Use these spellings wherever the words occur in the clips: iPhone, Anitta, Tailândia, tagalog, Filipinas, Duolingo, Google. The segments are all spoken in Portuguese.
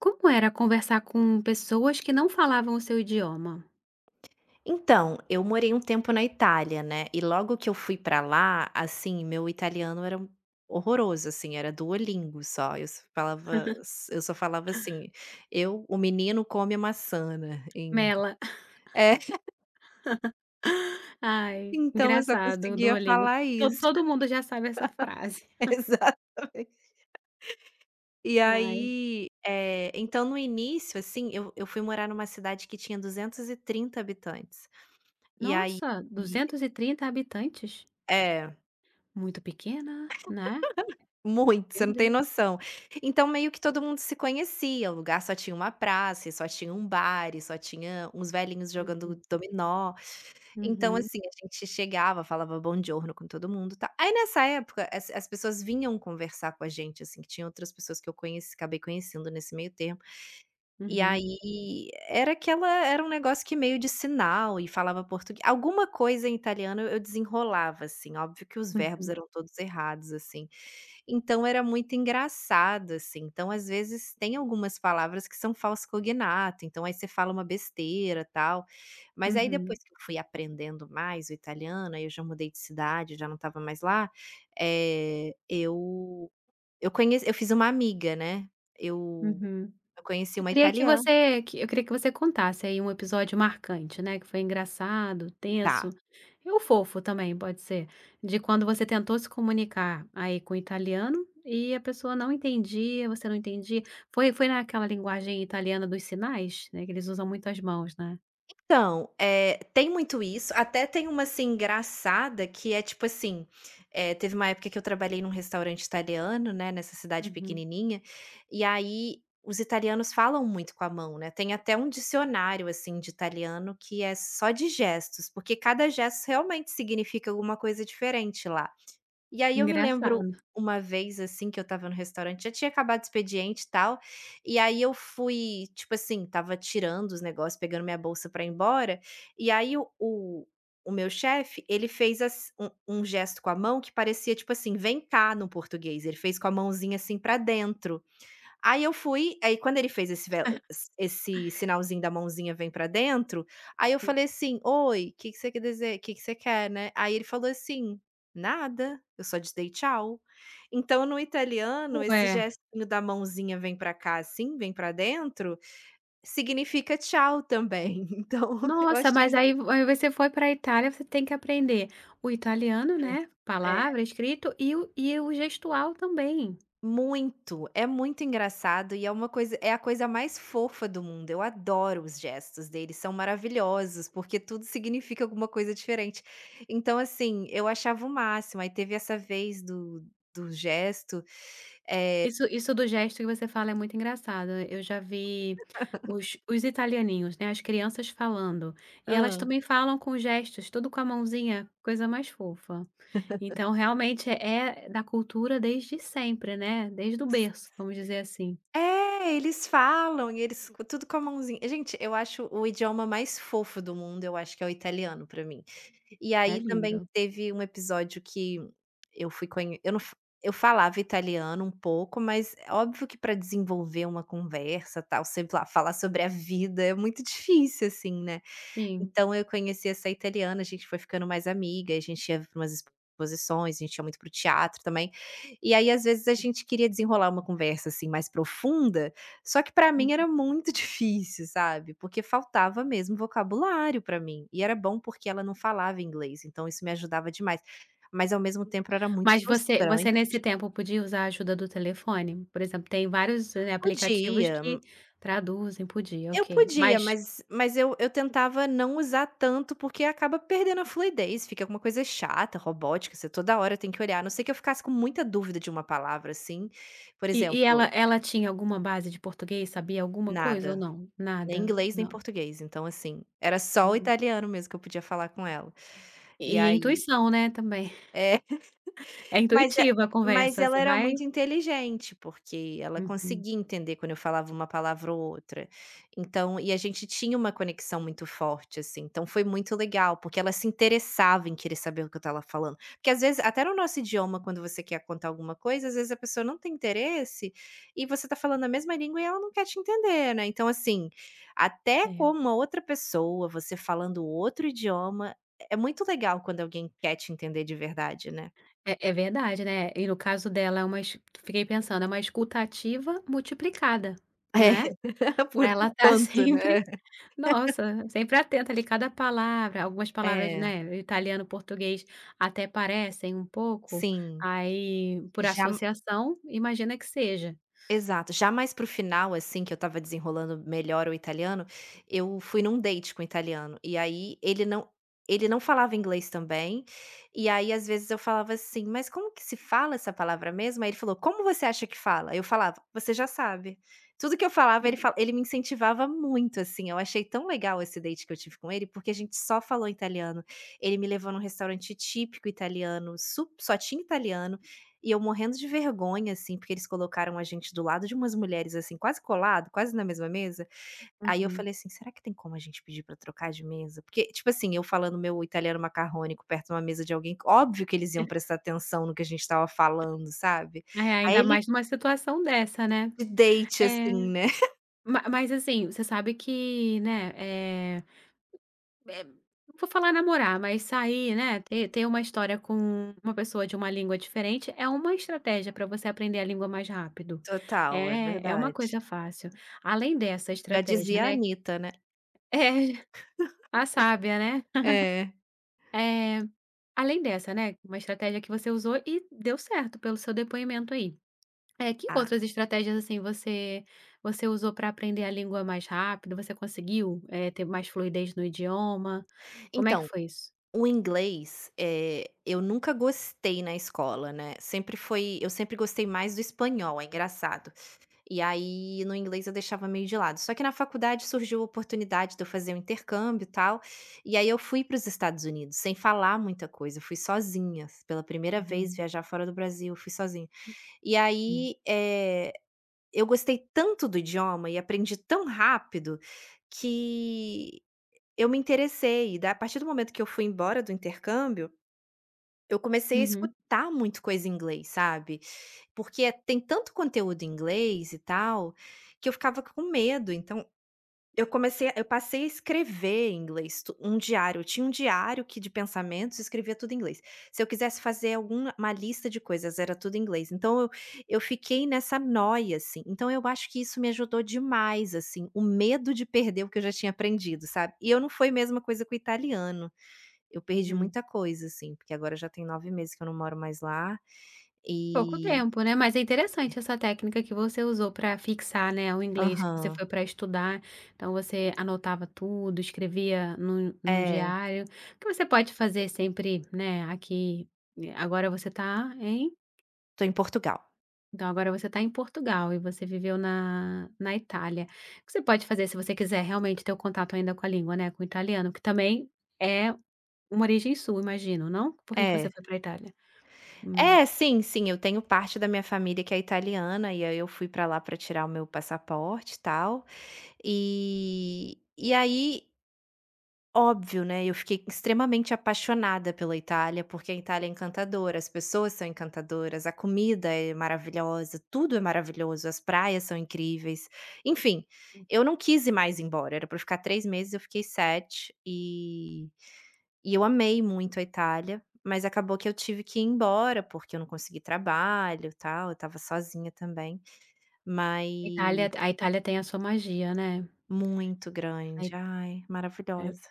Como era conversar com pessoas que não falavam o seu idioma? Então, eu morei um tempo na Itália, né, e logo que eu fui pra lá, assim, meu italiano era horroroso, assim, era Duolingo só, eu só falava assim: "Eu, o menino come a maçã", né, Mela. é, Ai, então eu só engraçado o conseguia Duolingo. falar To isso. todo mundo já sabe essa frase. Exatamente. E Ai, aí, então no início, assim, eu fui morar numa cidade que tinha 230 habitantes, e aí nossa, 230 habitantes? É. Muito pequena, né. Muito, você Meu não tem Deus. noção. Então meio que todo mundo se conhecia, o lugar só tinha uma praça, e só tinha um bar, e só tinha uns velhinhos Uhum, jogando dominó. Então, uhum, assim, a gente chegava, falava bom "buongiorno" com todo mundo, tá. Aí nessa época, as pessoas vinham conversar com a gente, assim, que tinha outras pessoas que eu conheci acabei conhecendo nesse meio tempo. E uhum, aí era aquela era um negócio que meio de sinal e falava português alguma coisa em italiano eu desenrolava, assim, óbvio que os verbos eram todos errados, assim. Então era muito engraçado, assim. Então, às vezes, tem algumas palavras que são falso cognato, então aí você fala uma besteira, tal. uhum, Mas aí depois uhum, que eu fui aprendendo mais o italiano, aí eu já mudei de cidade, já não estava mais lá, eh, eu eu conheci eu fiz uma amiga, né. Eu uhum. eu conheci Eu uma queria que italiana. você contasse aí um episódio marcante, né, que foi engraçado, tenso, Tá. e o fofo também, pode ser, de quando você tentou se comunicar aí com o italiano e a pessoa não entendia, você não entendia. Foi naquela linguagem italiana dos sinais, né, que eles usam muito as mãos, né? Então, tem muito isso, até tem uma, assim, engraçada que é tipo assim, teve uma época que eu trabalhei num restaurante italiano, né, nessa cidade Uhum. pequenininha, e aí os italianos falam muito com a mão, né, tem até um dicionário, assim, de italiano que é só de gestos, porque cada gesto realmente significa alguma coisa diferente lá. E aí eu me lembro Engraçado. uma vez, assim, que eu estava no restaurante, já tinha acabado o expediente e tal, e aí eu fui, tipo assim, estava tirando os negócios, pegando minha bolsa pra ir embora, e aí o meu chefe, ele fez ass um gesto com a mão que parecia, tipo assim: "Vem cá", no português, ele fez com a mãozinha, assim, pra dentro. Aí eu fui aí quando ele fez esse sinalzinho da mãozinha vem pra dentro, aí eu falei assim: "Oi, o que que você quer dizer. O que que você quer, né?" Aí ele falou assim: "Nada, eu só te dei tchau". Então no italiano, esse Ué. gestinho da mãozinha vem pra cá, assim, vem pra dentro, significa tchau também. Então eu Nossa, mas achei aí você foi para a Itália, você tem que aprender o italiano, né, engraçado. palavra, escrito, e o gestual também. Muito, é muito engraçado e é uma coisa é a coisa mais fofa do mundo, eu adoro os gestos dele, são maravilhosos, porque tudo significa alguma coisa diferente. Então, assim, eu achava o máximo, aí teve essa vez do gesto. Isso do gesto que você fala é muito engraçado. Eu já vi os italianinhos, né, as crianças falando, e elas Hã. também falam com gestos, tudo com a mãozinha, coisa mais fofa. Então realmente é da cultura desde sempre, né, desde o berço, vamos dizer assim. É, eles falam e eles tudo com a mãozinha. Gente, eu acho o idioma mais fofo do mundo, eu acho que é o italiano pra mim. E É aí lindo. também teve um episódio que eu fui conhe eu não f eu falava italiano um pouco, mas é óbvio que para desenvolver uma conversa, tal, sei lá, falar sobre a vida é muito difícil, assim, né. Sim. Então eu conheci essa italiana, a gente foi ficando mais amiga, a gente ia para umas exposições, a gente ia muito para o teatro também. E aí, às vezes, a gente queria desenrolar uma conversa, assim, mais profunda, só que para mim era muito difícil, sabe, porque faltava mesmo vocabulário para mim. E era bom porque ela não falava inglês, então isso me ajudava demais. Mas ao mesmo tempo era muito Mas você frustrante. nesse tempo podia usar a ajuda do telefone? Por exemplo, tem vários, aplicativos Podia. que traduzem, podia, Eu ok. podia, Mas mas eu tentava não usar tanto, porque acaba perdendo a fluidez, fica alguma coisa chata, robótica, você toda hora tem que olhar, a não ser que eu ficasse com muita dúvida de uma palavra, assim, por E e ela exemplo, ela tinha alguma base de português? Sabia alguma coisa ou nada, não? nem Nada? inglês nem Não. português, então assim, era só o Hum. italiano mesmo que eu podia falar com ela. E E aí intuição, né, também. é. É Mas intuitiva a conversa, ela você era vai muito inteligente, porque ela uhum. conseguia entender quando eu falava uma palavra ou outra. Então e a gente tinha uma conexão muito forte, assim, então foi muito legal, porque ela se interessava em querer saber o que eu estava falando. Porque às vezes até no nosso idioma, quando você quer contar alguma coisa, às vezes a pessoa não tem interesse, e você está falando a mesma língua e ela não quer te entender, né. Então assim, até É. com uma outra pessoa, você falando outro idioma, é muito legal quando alguém quer te entender de verdade, né. É é verdade, né. E no caso dela é uma es fiquei pensando, é uma escutativa multiplicada, É, né. Pra por ela por estar quanto, né? sempre nossa, sempre atenta ali, cada palavra, algumas palavras, É, né, italiano, português até parecem um pouco, sim. aí por Já associação, imagina que seja. Exato. Já mais para o final, assim, que eu estava desenrolando melhor o italiano, eu fui num date com o italiano, e aí ele não falava inglês também, e aí às vezes eu falava assim: "Mas como que se fala essa palavra mesmo?" Aí ele falou: "Como você acha que fala?" Eu falava: "Você já sabe". Tudo que eu falava ele me incentivava muito, assim, eu achei tão legal esse date que eu tive com ele, porque a gente só falou italiano. Ele me levou num restaurante típico italiano, su só tinha italiano, e eu morrendo de vergonha, assim, porque eles colocaram a gente do lado de umas mulheres, assim, quase colado, quase na mesma mesa. Aí eu Uhum. falei assim: "Será que tem como a gente pedir pra trocar de mesa?" Porque, tipo assim, eu falando meu italiano macarrônico perto de uma mesa de alguém, óbvio que eles iam prestar atenção no que a gente estava falando, sabe. É, Aí ainda ele mais numa situação dessa, né. de date, Eh, assim, né. ma mas assim, você sabe que, né, eh, não vou falar namorar, mas sair, né, ter uma história com uma pessoa de uma língua diferente é uma estratégia para você aprender a língua mais rápido. Total, é É, é uma verdade. coisa fácil. Além dessa Já estratégia, dizia a né Anitta, né. é, a sábia, né. É. Eh, além dessa, né, uma estratégia que você usou e deu certo pelo seu depoimento aí. É, que Ah, outras estratégias, assim, você usou para aprender a língua mais rápido? Você conseguiu, ter mais fluidez no idioma? Como é que então foi isso? o inglês, eu nunca gostei na escola, né, sempre foi eu sempre gostei mais do espanhol, é engraçado. E aí, no inglês eu deixava meio de lado. Só que na faculdade surgiu a oportunidade de eu fazer um intercâmbio, e tal, e aí eu fui para os Estados Unidos sem falar muita coisa, eu fui sozinha, pela primeira vez Uhum, viajar fora do Brasil, eu fui sozinha. E hum. aí, eu gostei tanto do idioma e aprendi tão rápido, que eu me interessei, e da a partir do momento que eu fui embora do intercâmbio eu comecei a Uhum, escutar muito coisa em inglês, sabe, porque é tem tanto conteúdo em inglês e tal, que eu ficava com medo, então eu passei a escrever em inglês tu um diário, eu tinha um diário que de pensamentos eu escrevia tudo em inglês. Se eu quisesse fazer alguma uma lista de coisas, era tudo em inglês, então eu fiquei nessa noia, assim, então eu acho que isso me ajudou demais, assim, o medo de perder o que eu já tinha aprendido, sabe, e eu não foi a mesma coisa com o italiano. Eu perdi uhum. muita coisa, assim, porque agora já tem 9 meses que eu não moro mais lá, Pouco e tempo, né, mas é interessante essa técnica que você usou para fixar, né, o inglês que você Aham. foi para estudar. Então você anotava tudo, escrevia num É, diário, O que você pode fazer sempre, né, aqui, agora você está em tô em Portugal. Então agora você está em Portugal e você viveu na Itália. O que você pode fazer se você quiser realmente ter o contato ainda com a língua, né, com o italiano, que também é uma origem sul, imagino, não? Por que que você É. foi para a Itália? Hum, É, sim, sim, eu tenho parte da minha família que é italiana, e aí eu fui pra lá pra tirar o meu passaporte e tal, e aí Óbvio, né, eu fiquei extremamente apaixonada pela Itália, porque a Itália é encantadora, as pessoas são encantadoras, a comida é maravilhosa, tudo é maravilhoso, as praias são incríveis. Enfim, eu não quis ir mais embora, era para ficar 3 meses, eu fiquei 7 e eu amei muito a Itália, mas acabou que eu tive que ir embora, porque eu não consegui trabalho, tal, eu estava sozinha também, mas a Itália tem a sua magia, né. muito Ai grande, ai, é, maravilhosa.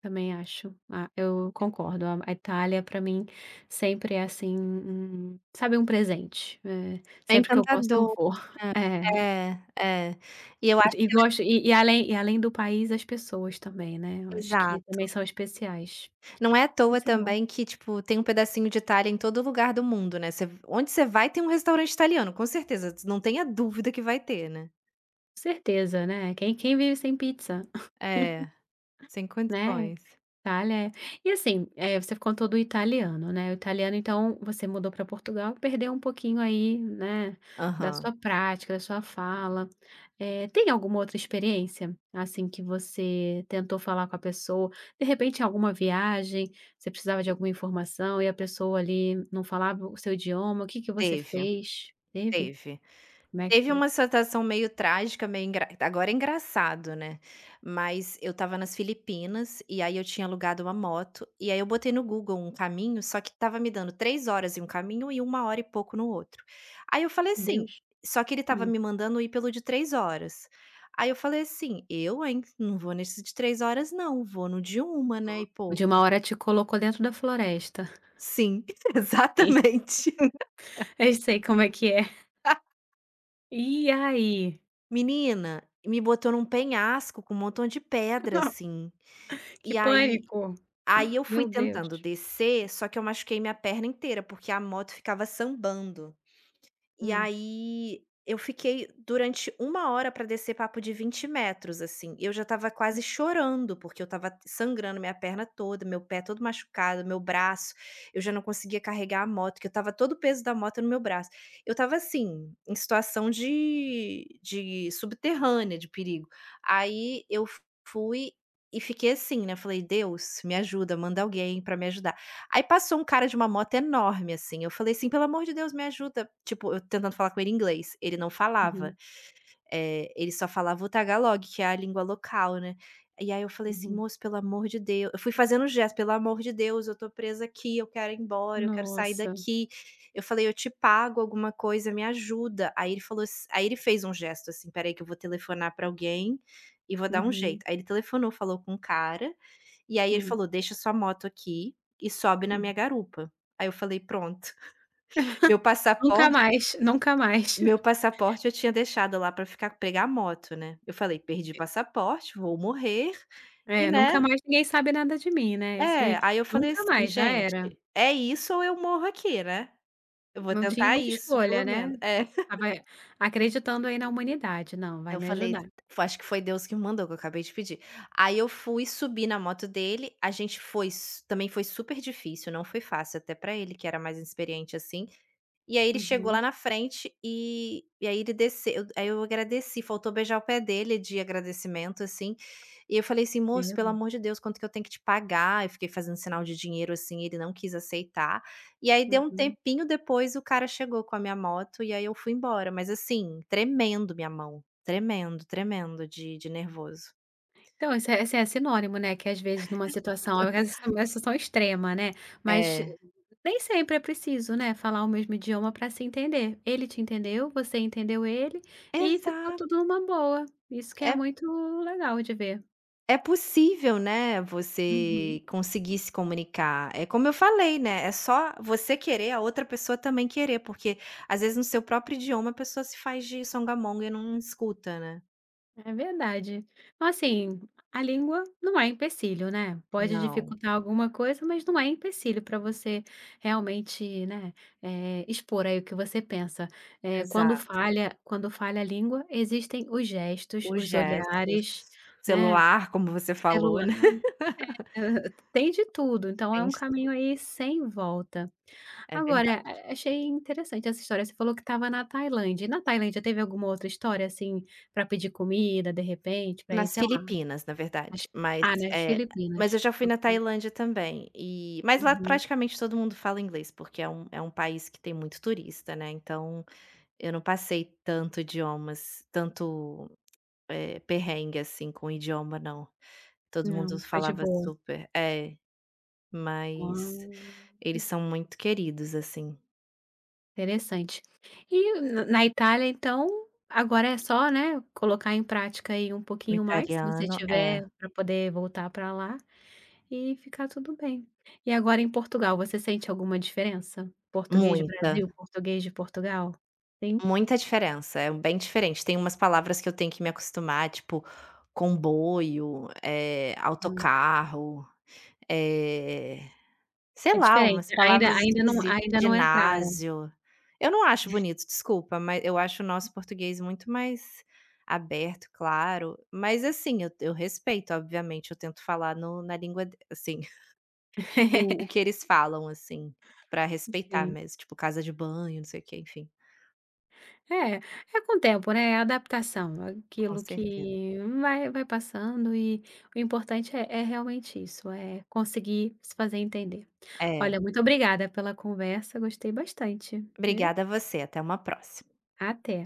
também acho. Ah, eu concordo, a Itália para mim sempre é assim, um sabe, um presente. É Sempre que eu posso eu encantador. vou. É. É, é. E eu E acho gosto e além do país, as pessoas também, né, eu acho que exato. também são especiais. Não é à toa Isso é bom. também que, tipo, tem um pedacinho de Itália em todo lugar do mundo, né. Você onde você vai tem um restaurante italiano, com certeza, não tenha dúvida que vai ter, né. Certeza, né, quem vive sem pizza, É, sem né. condições. Itália, é. E assim, você contou do italiano, né, o italiano então você mudou para Portugal, perdeu um pouquinho aí, né, da Aham. sua prática, da sua fala. Tem alguma outra experiência, assim, que você tentou falar com a pessoa, de repente em alguma viagem, você precisava de alguma informação e a pessoa ali não falava o seu idioma, o que que você Teve, fez? Teve? teve. Como é que Teve foi? uma situação meio trágica, meio engra agora é engraçado, né, mas eu estava nas Filipinas, e aí eu tinha alugado uma moto, e aí eu botei no Google um caminho, só que estava me dando 3 horas em um caminho e uma hora e pouco no outro. Aí eu falei Meu assim Deus. só que ele estava Hum. me mandando ir pelo de 3 horas. Aí eu falei assim: "Eu, hein, não vou nesse de 3 horas não, vou no de uma, né, e De uma pouco". hora te colocou dentro da floresta. Sim, Sim, exatamente. eu sei como é que é. E aí? Menina, me botou num penhasco com um montão de pedra, Não, assim, que e aí pânico. aí eu fui Meu Deus. tentando descer, só que eu machuquei minha perna inteira, porque a moto ficava sambando. E Hum. aí eu fiquei durante uma hora para descer papo de 20 metros, assim, eu já estava quase chorando, porque eu estava sangrando minha perna toda, meu pé todo machucado, meu braço, eu já não conseguia carregar a moto, que eu estava todo o peso da moto no meu braço. Eu estava assim, em situação de subterrânea, de perigo. Aí eu fui e fiquei assim, né, falei: "Deus, me ajuda, manda alguém para me ajudar". Aí passou um cara de uma moto enorme, assim, eu falei assim: "Pelo amor de Deus, me ajuda", tipo, eu tentando falar com ele em inglês, ele não falava. Uhum, Ele só falava o tagalog, que é a língua local, né. E aí eu falei assim: uhum. "Moço, pelo amor de Deus, eu fui fazendo um gesto: "Pelo amor de Deus, eu tô presa aqui, eu quero ir embora, eu quero sair Nossa. daqui". Eu falei: "Eu te pago alguma coisa, me ajuda". Aí ele fez um gesto assim: peraí que eu vou telefonar pra alguém e vou dar um Uhum, jeito". Aí ele telefonou, falou com o cara, e aí ele hum, falou: "Deixa sua moto aqui e sobe na uhum. minha garupa". Aí eu falei: "Pronto". Meu Nunca passaporte mais, nunca mais. Eu tinha deixado lá pra ficar pegar a moto, né. Eu falei: "Perdi passaporte, vou morrer", e, É, né nunca mais ninguém sabe nada de mim, né, isso que é, aí eu falei nunca assim: mais, já "Gente, era. é isso ou eu morro aqui, né. Eu vou Não tinha tentar muita isso escolha, pelo menos". né, É. t estava acreditando aí na humanidade, não, Aí vai eu me falei: ajudar. "Acho que foi Deus que me mandou, que eu acabei de pedir". Aí eu fui, subi na moto dele, a gente foi s também foi super difícil, não foi fácil até pra ele que era mais inexperiente, assim. E aí ele chegou Uhum. lá na frente e aí ele desceu aí eu agradeci, faltou beijar o pé dele de agradecimento, assim, e eu falei assim: "Moço, Meu pelo Deus. amor de Deus, quanto que eu tenho que te pagar?" Eu fiquei fazendo sinal de dinheiro, assim, ele não quis aceitar. E aí deu um Uhum. tempinho depois, o cara chegou com a minha moto e aí eu fui embora, mas assim, tremendo minha mão, tremendo, tremendo de nervoso. Então, isso é assim, é sinônimo, né, que às vezes numa situação, uma situação é extrema, né, mas É, Nem sempre é preciso, né, falar o mesmo idioma para se entender. Ele te entendeu, você entendeu ele e ficou exato. tudo numa boa. Isso que é É muito legal de ver. É possível, né, Uhum, você conseguir se comunicar. É como eu falei, né, é só você querer, a outra pessoa também querer, porque às vezes no seu próprio idioma a pessoa se faz de songamonga e não escuta, né. é verdade. Então, assim, a língua não é empecilho, né. Pode Não, dificultar alguma coisa, mas não é empecilho para você realmente, né, expor aí o que você pensa. Quando exato. falha quando falha a língua, existem os gestos, Os os gestos, olhares, né, celular, como você falou, celular né, Aham, tem de tudo, então é tem um de caminho tudo. aí sem volta. É Agora, verdade. a achei interessante essa história, você falou que estava na Tailândia, e na Tailândia teve alguma outra história, assim, para pedir comida, de repente, para ir, Nas sei lá, Filipinas, na nas verdade, mas, ah, nas eh, mas eu Filipinas. já fui na Tailândia também, e mas lá Uhum. praticamente todo mundo fala inglês, porque um país que tem muito turista, né, então eu não passei tanto idiomas, tanto, perrengue, assim, com idioma não. Todo mundo Não, foi de falava boa. super é, Ah, mas eles são muito queridos, assim. interessante. E na Itália, então, agora é só, né, colocar em prática aí um O pouquinho mais, se você italiano é, tiver para poder voltar para lá. E ficar tudo bem. E agora em Portugal, você sente alguma diferença? Português do muita, Brasil, português de Portugal? Sim? muita diferença, é bem diferente. Tem umas palavras que eu tenho que me acostumar, tipo comboio, Hum. autocarro, eh sei É lá, diferente, umas né? ainda palavras ainda não esquisitas, ainda não entraram. ginásio. Eu não acho bonito, desculpa, mas eu acho o nosso português muito mais aberto, claro, mas assim, eu respeito, obviamente, eu tento falar no na língua de assim, o que eles falam, assim, pra respeitar Sim. mesmo, tipo, casa de banho, não sei o que enfim. É, é com o tempo, né, é a adaptação, é Com aquilo certeza. que vai vai passando e o importante é realmente isso, é conseguir se fazer entender. É. Olha, muito obrigada pela conversa, gostei bastante, viu. Obrigada a você, até uma próxima. Até.